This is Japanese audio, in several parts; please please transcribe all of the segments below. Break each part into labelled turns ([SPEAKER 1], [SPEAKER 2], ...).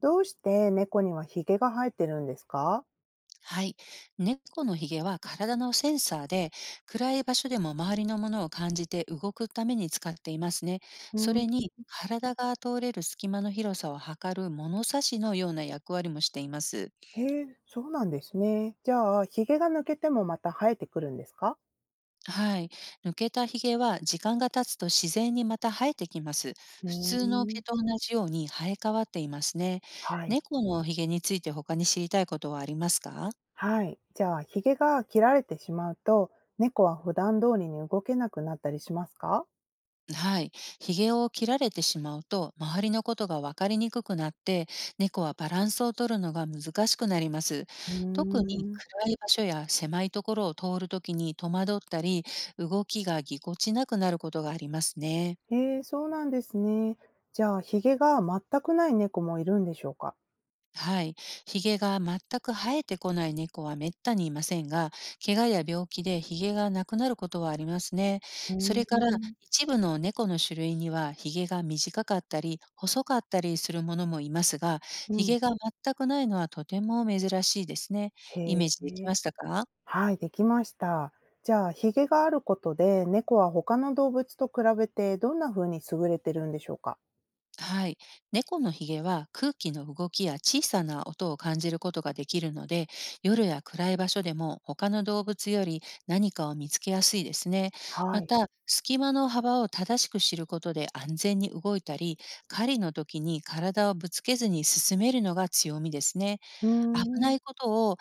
[SPEAKER 1] どうして猫にはヒゲが生えてるんですか？
[SPEAKER 2] はい。猫のひげは体のセンサーで、暗い場所でも周りのものを感じて動くために使っていますね。
[SPEAKER 1] う
[SPEAKER 2] そ
[SPEAKER 1] ん。
[SPEAKER 2] れに、体が通れる隙間の広さを測る物差しのような役割もしています。
[SPEAKER 1] へえ、そうなんですね。じゃあ、ヒゲが抜けてもまた生えてくるんですか？
[SPEAKER 2] はい。抜けたひげは時間が経つと自然にまた生えてきます。
[SPEAKER 1] うー
[SPEAKER 2] 普通の
[SPEAKER 1] ん。
[SPEAKER 2] 毛と同じように生え変わっていますね。
[SPEAKER 1] はい。
[SPEAKER 2] 猫のひげについて他に知りたいことはありますか？
[SPEAKER 1] はい。じゃあ、ヒゲが切られてしまうと、猫は普段通りに動けなくなったりしますか？
[SPEAKER 2] はい。ひげを切られてしまうと、周りのことが分かりにくくなって、猫はバランスを取るのが難しくなります。
[SPEAKER 1] うー
[SPEAKER 2] 特に
[SPEAKER 1] ん。
[SPEAKER 2] 暗い場所や狭いところを通るときに戸惑ったり、動きがぎこちなくなることがありますね。
[SPEAKER 1] へえ、そうなんですね。じゃあ、ヒゲが全くない猫もいるんでしょうか？
[SPEAKER 2] はい。ヒゲが全く生えてこない猫はめったにいませんが、怪我や病気でヒゲがなくなることはありますね。
[SPEAKER 1] う
[SPEAKER 2] そ
[SPEAKER 1] ー
[SPEAKER 2] れから、
[SPEAKER 1] ん。
[SPEAKER 2] 一部の猫の種類にはヒゲが短かったり、細かったりするものもいますが、
[SPEAKER 1] う
[SPEAKER 2] ヒ
[SPEAKER 1] ん。
[SPEAKER 2] ゲが全くないのはとても珍しいですね。
[SPEAKER 1] へ
[SPEAKER 2] イメージでき
[SPEAKER 1] え。
[SPEAKER 2] ましたか？
[SPEAKER 1] はい、できました。じゃあ、ヒゲがあることで、猫は他の動物と比べてどんな風に優れてるんでしょうか？
[SPEAKER 2] はい。猫のひげは空気の動きや小さな音を感じることができるので、夜や暗い場所でも他の動物より何かを見つけやすいですね。
[SPEAKER 1] は
[SPEAKER 2] ま
[SPEAKER 1] い。
[SPEAKER 2] た、隙間の幅を正しく知ることで安全に動いたり、狩りの時に体をぶつけずに進めるのが強みですね。
[SPEAKER 1] うー
[SPEAKER 2] 危
[SPEAKER 1] ん、
[SPEAKER 2] ないことを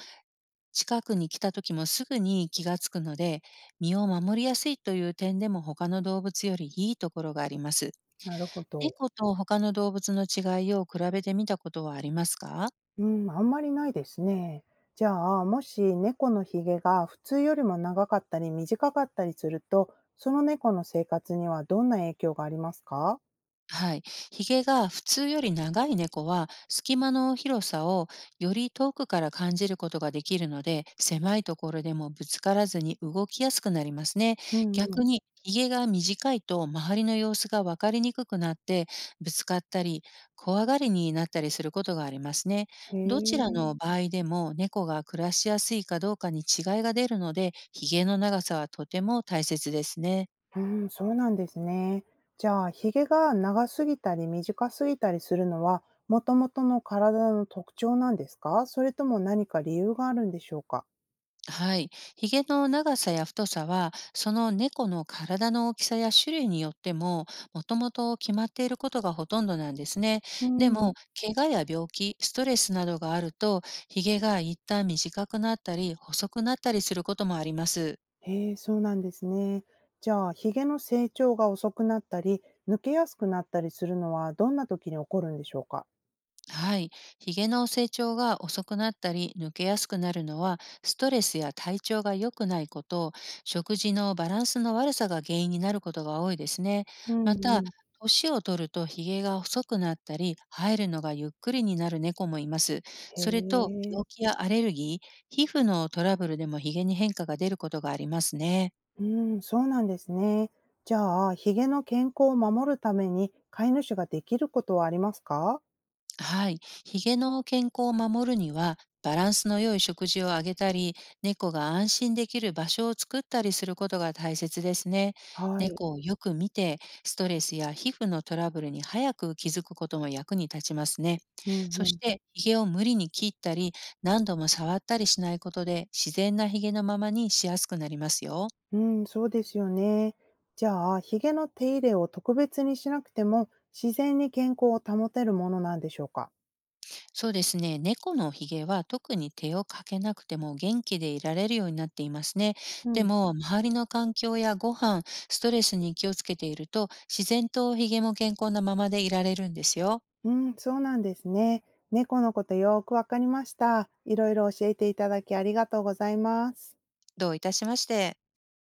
[SPEAKER 2] 近くに来た時もすぐに気がつくので、身を守りやすいという点でも他の動物よりいいところがあります。
[SPEAKER 1] なるほど。
[SPEAKER 2] 猫と他の動物の違いを比べてみたことはありますか？
[SPEAKER 1] うん、あんまりないですね。じゃあ、もし猫のヒゲが普通よりも長かったり短かったりすると、その猫の生活にはどんな影響がありますか？
[SPEAKER 2] はい。ヒゲが普通より長い猫は、隙間の広さをより遠くから感じることができるので、狭いところでもぶつからずに動きやすくなりますね。
[SPEAKER 1] うんうん。
[SPEAKER 2] 逆に、ヒゲが短いと周りの様子が分かりにくくなって、ぶつかったり、怖がりになったりすることがありますね。
[SPEAKER 1] へ
[SPEAKER 2] どちら
[SPEAKER 1] え。
[SPEAKER 2] の場合でも、猫が暮らしやすいかどうかに違いが出るので、ヒゲの長さはとても大切ですね。
[SPEAKER 1] うーん、そうなんですね。じゃあ、ひげが長すぎたり短すぎたりするのは、もともとの体の特徴なんですか？それとも何か理由があるんでしょうか？
[SPEAKER 2] はい。ヒゲの長さや太さは、その猫の体の大きさや種類によっても、もともと決まっていることがほとんどなんですね。
[SPEAKER 1] う
[SPEAKER 2] で
[SPEAKER 1] ん。
[SPEAKER 2] も、怪我や病気、ストレスなどがあると、ヒゲが一旦短くなったり、細くなったりすることもあります。
[SPEAKER 1] へえ、そうなんですね。じゃあ、ひげの成長が遅くなったり、抜けやすくなったりするのは、どんな時に起こるんでしょうか？
[SPEAKER 2] はい。ヒゲの成長が遅くなったり抜けやすくなるのは、ストレスや体調が良くないこと、食事のバランスの悪さが原因になることが多いですね。
[SPEAKER 1] う
[SPEAKER 2] ま
[SPEAKER 1] んう
[SPEAKER 2] た、
[SPEAKER 1] ん。
[SPEAKER 2] 年を取るとヒゲが細くなったり生えるのがゆっくりになる猫もいます。
[SPEAKER 1] へ
[SPEAKER 2] それと、
[SPEAKER 1] え、
[SPEAKER 2] 病気やアレルギー、皮膚のトラブルでもヒゲに変化が出ることがありますね。
[SPEAKER 1] うん、そうなんですね。じゃあ、ヒゲの健康を守るために飼い主ができることはありますか？
[SPEAKER 2] はい。ヒゲの健康を守るには、バランスの良い食事をあげたり、猫が安心できる場所を作ったりすることが大切ですね。
[SPEAKER 1] はい。
[SPEAKER 2] 猫をよく見て、ストレスや皮膚のトラブルに早く気づくことも役に立ちますね。
[SPEAKER 1] うんう
[SPEAKER 2] そし
[SPEAKER 1] ん。
[SPEAKER 2] て、ヒゲを無理に切ったり、何度も触ったりしないことで、自然なヒゲのままにしやすくなりますよ。
[SPEAKER 1] うん、そうですよね。じゃあ、ひげの手入れを特別にしなくても、自然に健康を保てるものなんでしょうか？
[SPEAKER 2] そうですね。猫のひげは特に手をかけなくても元気でいられるようになっていますね。
[SPEAKER 1] う
[SPEAKER 2] で
[SPEAKER 1] ん、
[SPEAKER 2] も、周りの環境やご飯、ストレスに気をつけていると、自然とひげも健康なままでいられるんですよ。
[SPEAKER 1] うん、そうなんですね。猫のことよーくわかりました。いろいろ教えていただきありがとうございます。
[SPEAKER 2] どういたしまして。